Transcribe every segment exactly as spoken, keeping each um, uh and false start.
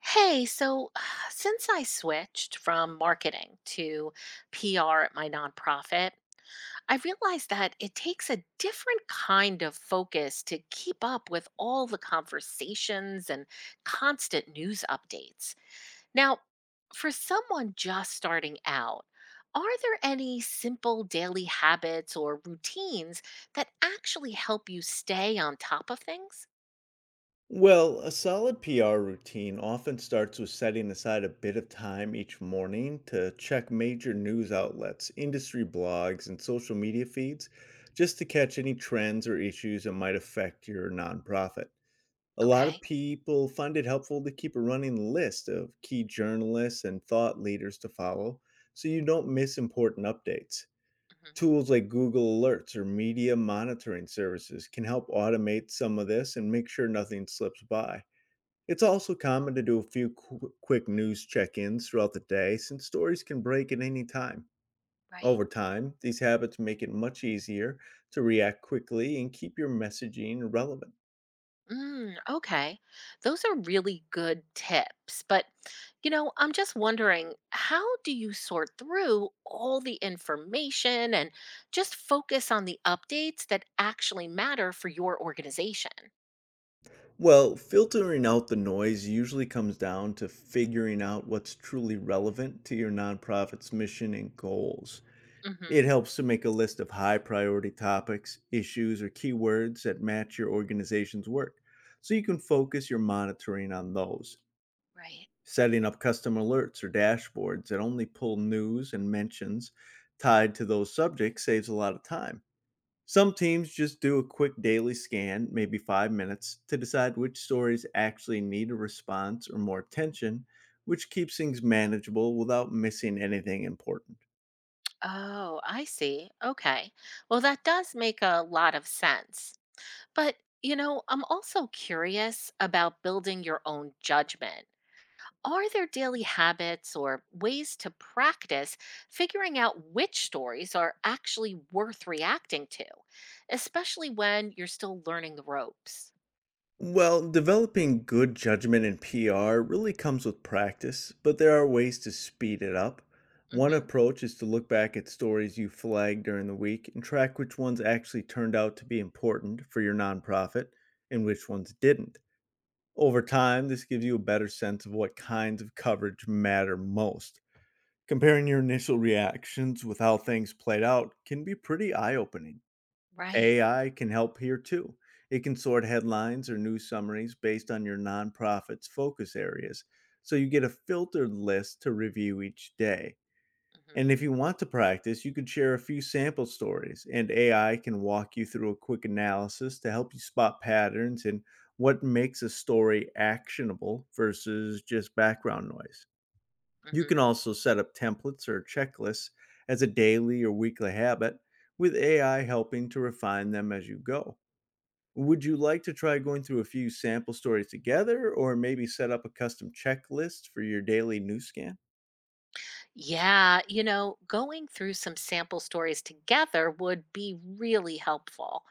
Hey, so uh, since I switched from marketing to P R at my nonprofit, I realized that it takes a different kind of focus to keep up with all the conversations and constant news updates. Now, for someone just starting out, are there any simple daily habits or routines that actually help you stay on top of things? Well, a solid P R routine often starts with setting aside a bit of time each morning to check major news outlets, industry blogs, and social media feeds just to catch any trends or issues that might affect your nonprofit. A lot of Okay. people find it helpful to keep a running list of key journalists and thought leaders to follow so you don't miss important updates. hmm Tools like Google Alerts or media monitoring services can help automate some of this and make sure nothing slips by. It's also common to do a few qu- quick news check ins throughout the day since stories can break at any time. Right. Over time, these habits make it much easier to react quickly and keep your messaging relevant. Mm, okay. Those are really good tips. But, you know, I'm just wondering, how do you sort through all the information and just focus on the updates that actually matter for your organization? Well, filtering out the noise usually comes down to figuring out what's truly relevant to your nonprofit's mission and goals. It hmm helps to make a list of high priority topics, issues, or keywords that match your organization's work so you can focus your monitoring on those. Right. Setting up custom alerts or dashboards that only pull news and mentions tied to those subjects saves a lot of time. Some teams just do a quick daily scan, maybe five minutes, to decide which stories actually need a response or more attention, which keeps things manageable without missing anything important. Oh, I see. Okay. Well, that does make a lot of sense. But, you know, I'm also curious about building your own judgment. Are there daily habits or ways to practice figuring out which stories are actually worth reacting to, especially when you're still learning the ropes? Well, developing good judgment in P R really comes with practice, but there are ways to speed it up. One hmm approach is to look back at stories you flagged during the week and track which ones actually turned out to be important for your nonprofit and which ones didn't. Over time, this gives you a better sense of what kinds of coverage matter most. Comparing your initial reactions with how things played out can be pretty eye opening. Right. A I can help here too. It can sort headlines or news summaries based on your nonprofit's focus areas, so you get a filtered list to review each day. And hmm if you want to practice, you could share a few sample stories, and A I can walk you through a quick analysis to help you spot patterns and what makes a story actionable versus just background noise. You can hmm also set up templates or checklists as a daily or weekly habit, with A I helping to refine them as you go. Would you like to try going through a few sample stories together, or maybe set up a custom checklist for your daily news scan? Yeah, you know, going through some sample stories together would be really helpful.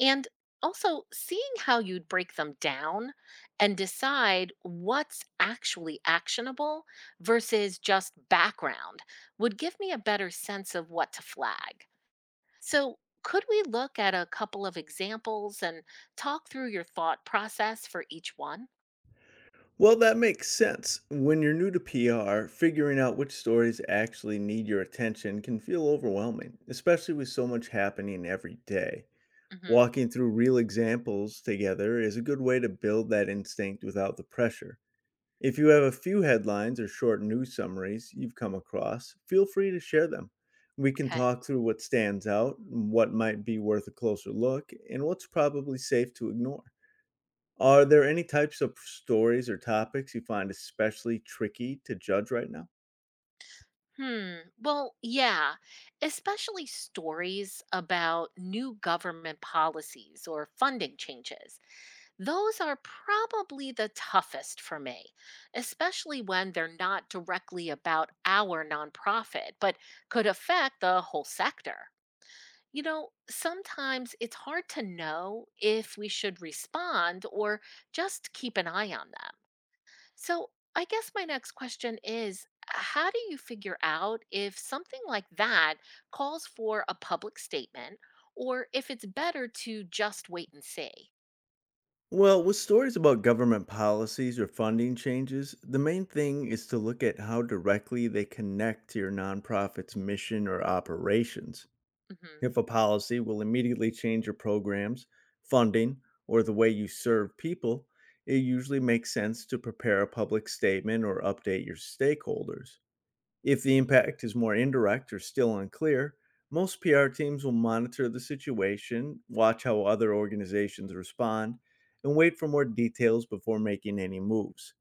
And also seeing how you'd break them down and decide what's actually actionable versus just background would give me a better sense of what to flag. So, could we look at a couple of examples and talk through your thought process for each one? Well, that makes sense. When you're new to P R, figuring out which stories actually need your attention can feel overwhelming, especially with so much happening every day. hmm Walking through real examples together is a good way to build that instinct without the pressure. If you have a few headlines or short news summaries you've come across, feel free to share them. We can Okay. talk through what stands out, mm, what might be worth a closer look, and what's probably safe to ignore. Are there any types of stories or topics you find especially tricky to judge right now? Hmm. Well, yeah, especially stories about new government policies or funding changes. Those are probably the toughest for me, especially when they're not directly about our nonprofit, but could affect the whole sector. You know, sometimes it's hard to know if we should respond or just keep an eye on them. So, I guess my next question is, how do you figure out if something like that calls for a public statement or if it's better to just wait and see? Well, with stories about government policies or funding changes, the main thing is to look at how directly they connect to your nonprofit's mission or operations. hmm HIPAA policy will immediately change your programs, funding, or the way you serve people, it usually makes sense to prepare a public statement or update your stakeholders. If the impact is more indirect or still unclear, most P R teams will monitor the situation, watch how other organizations respond, and wait for more details before making any moves.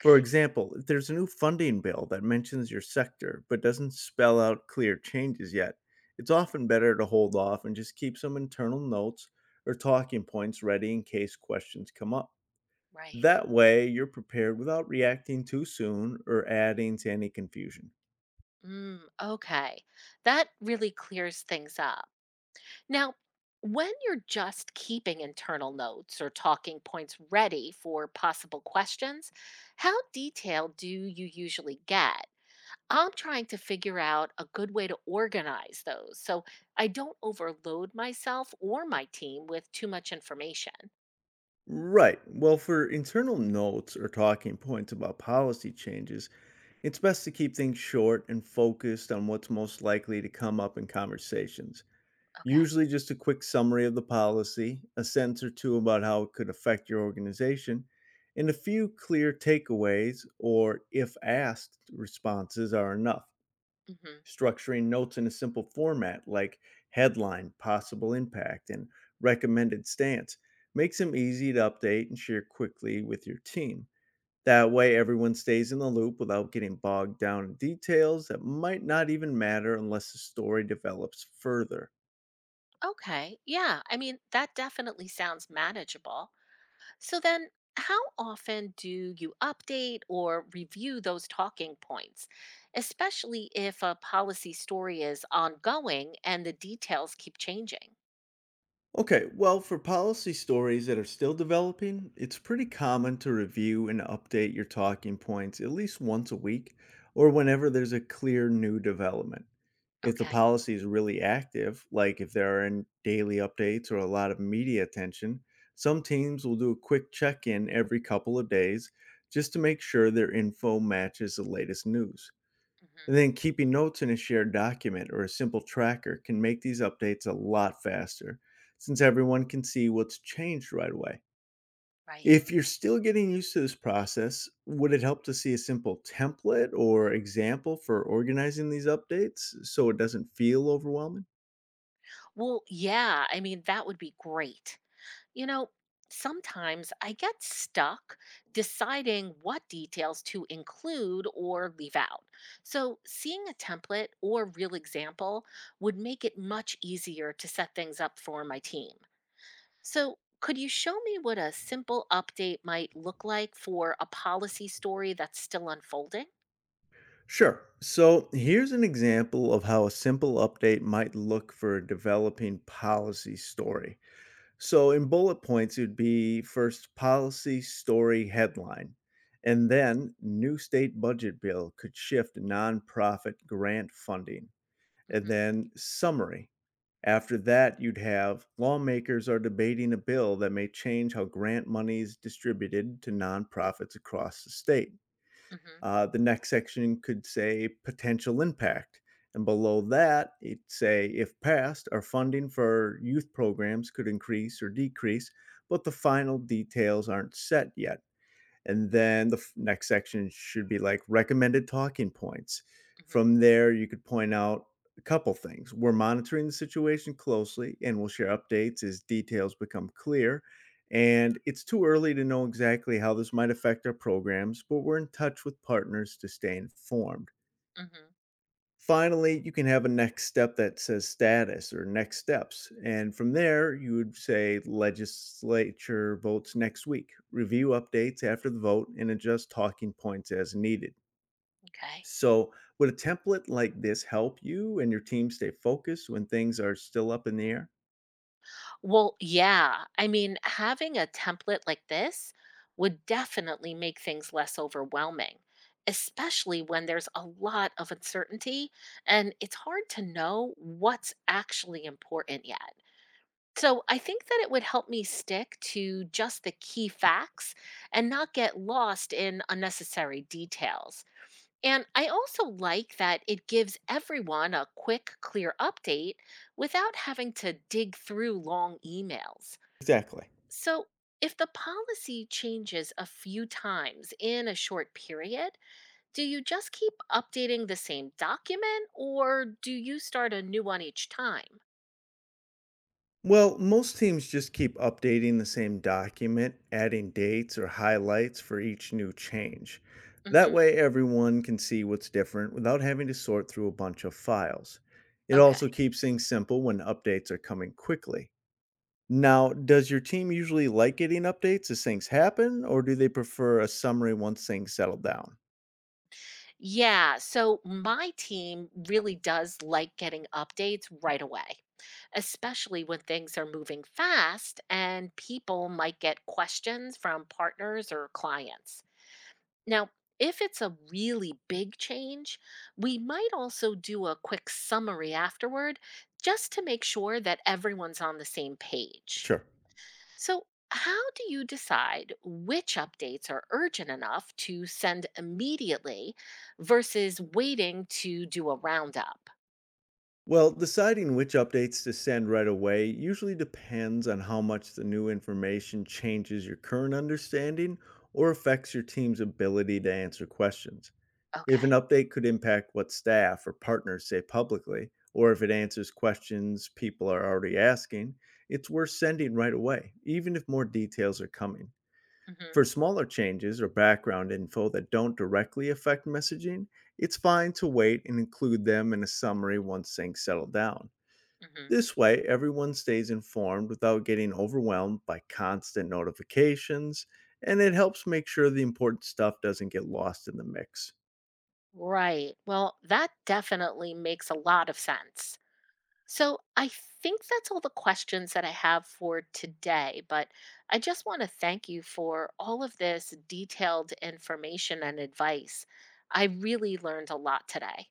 For example, if there's a new funding bill that mentions your sector but doesn't spell out clear changes yet, it's often better to hold off and just keep some internal notes or talking points ready in case questions come up. right. That way, you're prepared without reacting too soon or adding to any confusion. Mm, okay. That really clears things up. Now, when you're just keeping internal notes or talking points ready for possible questions, how detailed do you usually get? I'm trying to figure out a good way to organize those so I don't overload myself or my team with too much information. Right. Well, for internal notes or talking points about policy changes, it's best to keep things short and focused on what's most likely to come up in conversations. Okay. Usually, just a quick summary of the policy, a sentence or two about how it could affect your organization, and a few clear takeaways or if asked responses are enough. hmm Structuring notes in a simple format like headline, possible impact, and recommended stance makes them easy to update and share quickly with your team. That way, everyone stays in the loop without getting bogged down in details that might not even matter unless the story develops further. Okay. Yeah. I mean, that definitely sounds manageable. So then, how often do you update or review those talking points, especially if a policy story is ongoing and the details keep changing? Okay, well, for policy stories that are still developing, it's pretty common to review and update your talking points at least once a week or whenever there's a clear new development. If the Okay. policy is really active, like if there are in daily updates or a lot of media attention, some teams will do a quick check in every couple of days just to make sure their info matches the latest news. And hmm then keeping notes in a shared document or a simple tracker can make these updates a lot faster since everyone can see what's changed right away. Right. If you're still getting used to this process, would it help to see a simple template or example for organizing these updates so it doesn't feel overwhelming? Well, yeah, I mean, that would be great. You know, sometimes I get stuck deciding what details to include or leave out. So, seeing a template or real example would make it much easier to set things up for my team. So, could you show me what a simple update might look like for a policy story that's still unfolding? Sure. So here's an example of how a simple update might look for a developing policy story. So in bullet points, it would be first policy story headline, and then new state budget bill could shift nonprofit grant funding, and Mm-hmm, then summary. After that, you'd have lawmakers are debating a bill that may change how grant money is distributed to nonprofits across the state. mm-hmm, Uh, the next section could say potential impact. And below that, it'd say if passed, our funding for youth programs could increase or decrease, but the final details aren't set yet. And then the f- next section should be like recommended talking points. mm-hmm, From there, you could point out a couple things. We're monitoring the situation closely and we'll share updates as details become clear. And it's too early to know exactly how this might affect our programs, but we're in touch with partners to stay informed. mm-hmm. Finally, you can have a next step that says status or next steps. And from there, you would say legislature votes next week, review updates after the vote, and adjust talking points as needed. Okay. So, would a template like this help you and your team stay focused when things are still up in the air? Well, yeah. I mean, having a template like this would definitely make things less overwhelming, especially when there's a lot of uncertainty and it's hard to know what's actually important yet. So I think that it would help me stick to just the key facts and not get lost in unnecessary details. And I also like that it gives everyone a quick, clear update without having to dig through long emails. Exactly. So, if the policy changes a few times in a short period, do you just keep updating the same document or do you start a new one each time? Well, most teams just keep updating the same document, adding dates or highlights for each new change. That hmm way, everyone can see what's different without having to sort through a bunch of files. It also Okay. keeps things simple when updates are coming quickly. Now, does your team usually like getting updates as things happen, or do they prefer a summary once things settle down? Yeah, so my team really does like getting updates right away, especially when things are moving fast and people might get questions from partners or clients. Now, if it's a really big change, we might also do a quick summary afterward just to make sure that everyone's on the same page. Sure. So, how do you decide which updates are urgent enough to send immediately versus waiting to do a roundup? Well, deciding which updates to send right away usually depends on how much the new information changes your current understanding or affects your team's ability to answer questions. If an Okay. update could impact what staff or partners say publicly, or if it answers questions people are already asking, it's worth sending right away, even if more details are coming. Mhm. For smaller changes or background info that don't directly affect messaging, it's fine to wait and include them in a summary once things settle down. Mhm. This way, everyone stays informed without getting overwhelmed by constant notifications, and it helps make sure the important stuff doesn't get lost in the mix. Right. Well, that definitely makes a lot of sense. So, I think that's all the questions that I have for today, but I just want to thank you for all of this detailed information and advice. I really learned a lot today.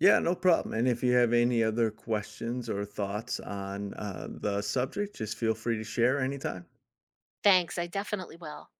Yeah, no problem. And if you have any other questions or thoughts on uh, the subject, just feel free to share anytime. Thanks. I definitely will.